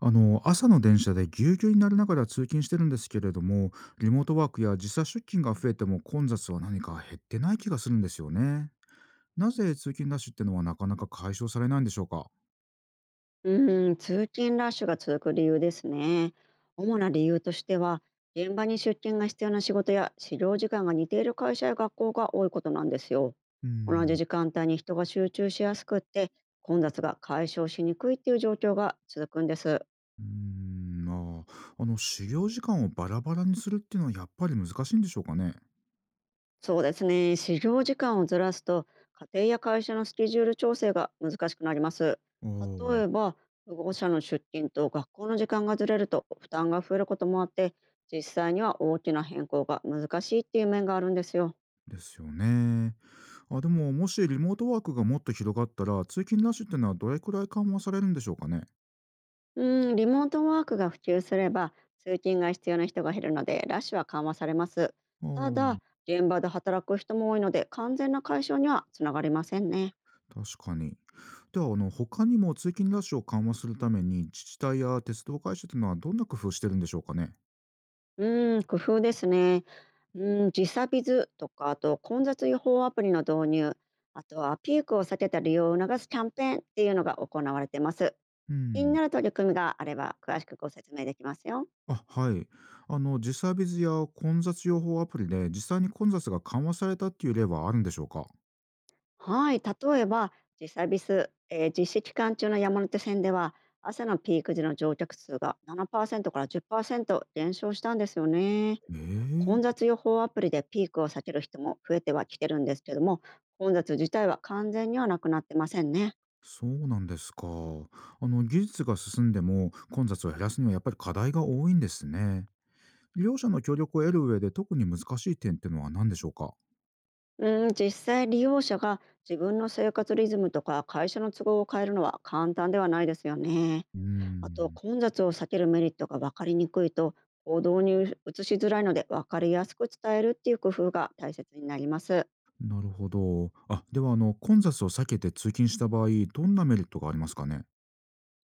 朝の電車でぎゅうぎゅうになりながら通勤してるんですけれども、リモートワークや時差出勤が増えても混雑は何か減ってない気がするんですよね。なぜ通勤ラッシュってのはなかなか解消されないんでしょうか？う通勤ラッシュが続く理由ですね。主な理由としては、現場に出勤が必要な仕事や始業時間が似ている会社や学校が多いことなんですよ。うー同じん。時間帯に人が集中しやすくって、混雑が解消しにくいっていう状況が続くんです。うーんまあー修行時間をバラバラにするっていうのはやっぱり難しいんでしょうかね？そうですね。始業時間をずらすと、家庭や会社のスケジュール調整が難しくなります。例あえあ、ば、保護者の出勤と学校の時間がずれると負担が増えることもあって、実際には大きな変更が難しいっていう面があるんですよ。ですよね。でももしリモートワークがもっと広がったら通勤ラッシュってのはどれくらい緩和されるんでしょうかね？うん、リモートワークが普及すれば、通勤が必要な人が減るので、ラッシュは緩和されます。たあだ、あ、現場で働く人も多いので、完全な解消にはつながりませんね。確かに。では、他にも通勤ラッシュを緩和するために、自治体や鉄道会社というのはどんな工夫してるんでしょうかね？工夫ですね。時差ビズとか、あと混雑予報アプリの導入、あとはピークを避けた利用を促すキャンペーンっていうのが行われてます。う気にん。なる取り組みがあれば詳しくご説明できますよ。あ、はい。時サービスや混雑予報アプリで、実際に混雑が緩和されたっていう例はあるんでしょうか？はい、例えば時差ビス、実施期間中の山手線では朝のピーク時の乗客数が7%から10%減少したんですよね。ええ、混雑予報アプリでピークを避ける人も増えてはきてるんですけども、混雑自体は完全にはなくなってませんね。そうなんですか。技術が進んでも、混雑を減らすにはやっぱり課題が多いんですね。両者の協力を得る上で、特に難しい点っていうのは何でしょうか？実際、利用者が自分の生活リズムとか会社の都合を変えるのは簡単ではないですよね。うーあと、ん。混雑を避けるメリットが分かりにくいと、行動に移しづらいので、分かりやすく伝えるっていう工夫が大切になります。なるほど。あ、では混雑を避けて通勤した場合、どんなメリットがありますかね？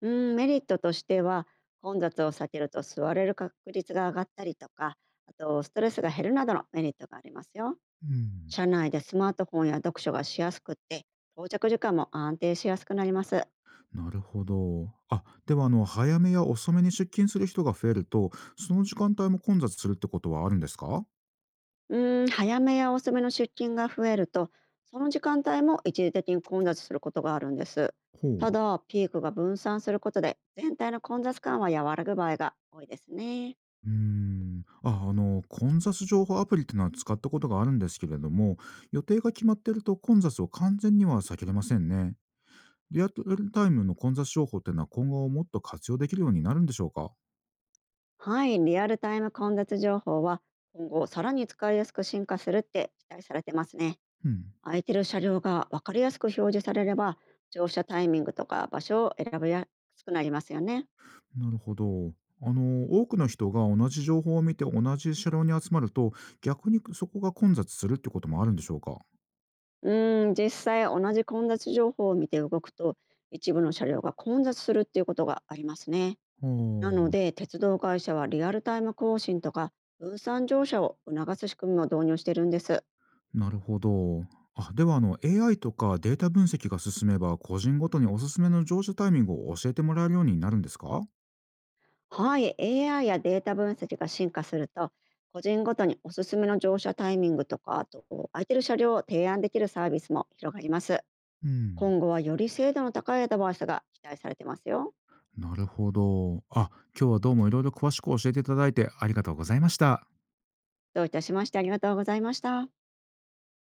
メリットとしては、混雑を避けると座れる確率が上がったりとか、あとストレスが減るなどのメリットがありますよ。うん。車内でスマートフォンや読書がしやすくって、到着時間も安定しやすくなります。なるほど。あ、では早めや遅めに出勤する人が増えると、その時間帯も混雑するってことはあるんですか？早めや遅めの出勤が増えると、その時間帯も一時的に混雑することがあるんです。ほう。ただ、ピークが分散することで、全体の混雑感は和らぐ場合が多いですね。うーん。あ、混雑情報アプリっていうのは使ったことがあるんですけれども、予定が決まってると混雑を完全には避けれませんね。リアルタイムの混雑情報っていうのは今後もっと活用できるようになるんでしょうか？はい、リアルタイム混雑情報は今後さらに使いやすく進化するって期待されてますね。うん。空いてる車両が分かりやすく表示されれば、乗車タイミングとか場所を選びやすくなりますよね。なるほど。多くの人が同じ情報を見て同じ車両に集まると、逆にそこが混雑するってこともあるんでしょうかは、実際、同じ混雑情報を見て動くと、一部の車両が混雑するっていうことがありますね。なのあ、で鉄道会社はリアルタイム更新とか分散乗車を促す仕組みを導入しているんです。なるほど。あ、ではAI とかデータ分析が進めば、個人ごとにおすすめの乗車タイミングを教えてもらえるようになるんですか？はい、AI やデータ分析が進化すると、個人ごとにおすすめの乗車タイミングとか、あと空いてる車両を提案できるサービスも広がります。うん。今後はより精度の高いアドバイスが期待されてますよ。なるほど。あ、今日はどうもいろいろ詳しく教えていただいてありがとうございました。どういたしまして、ありがとうございました。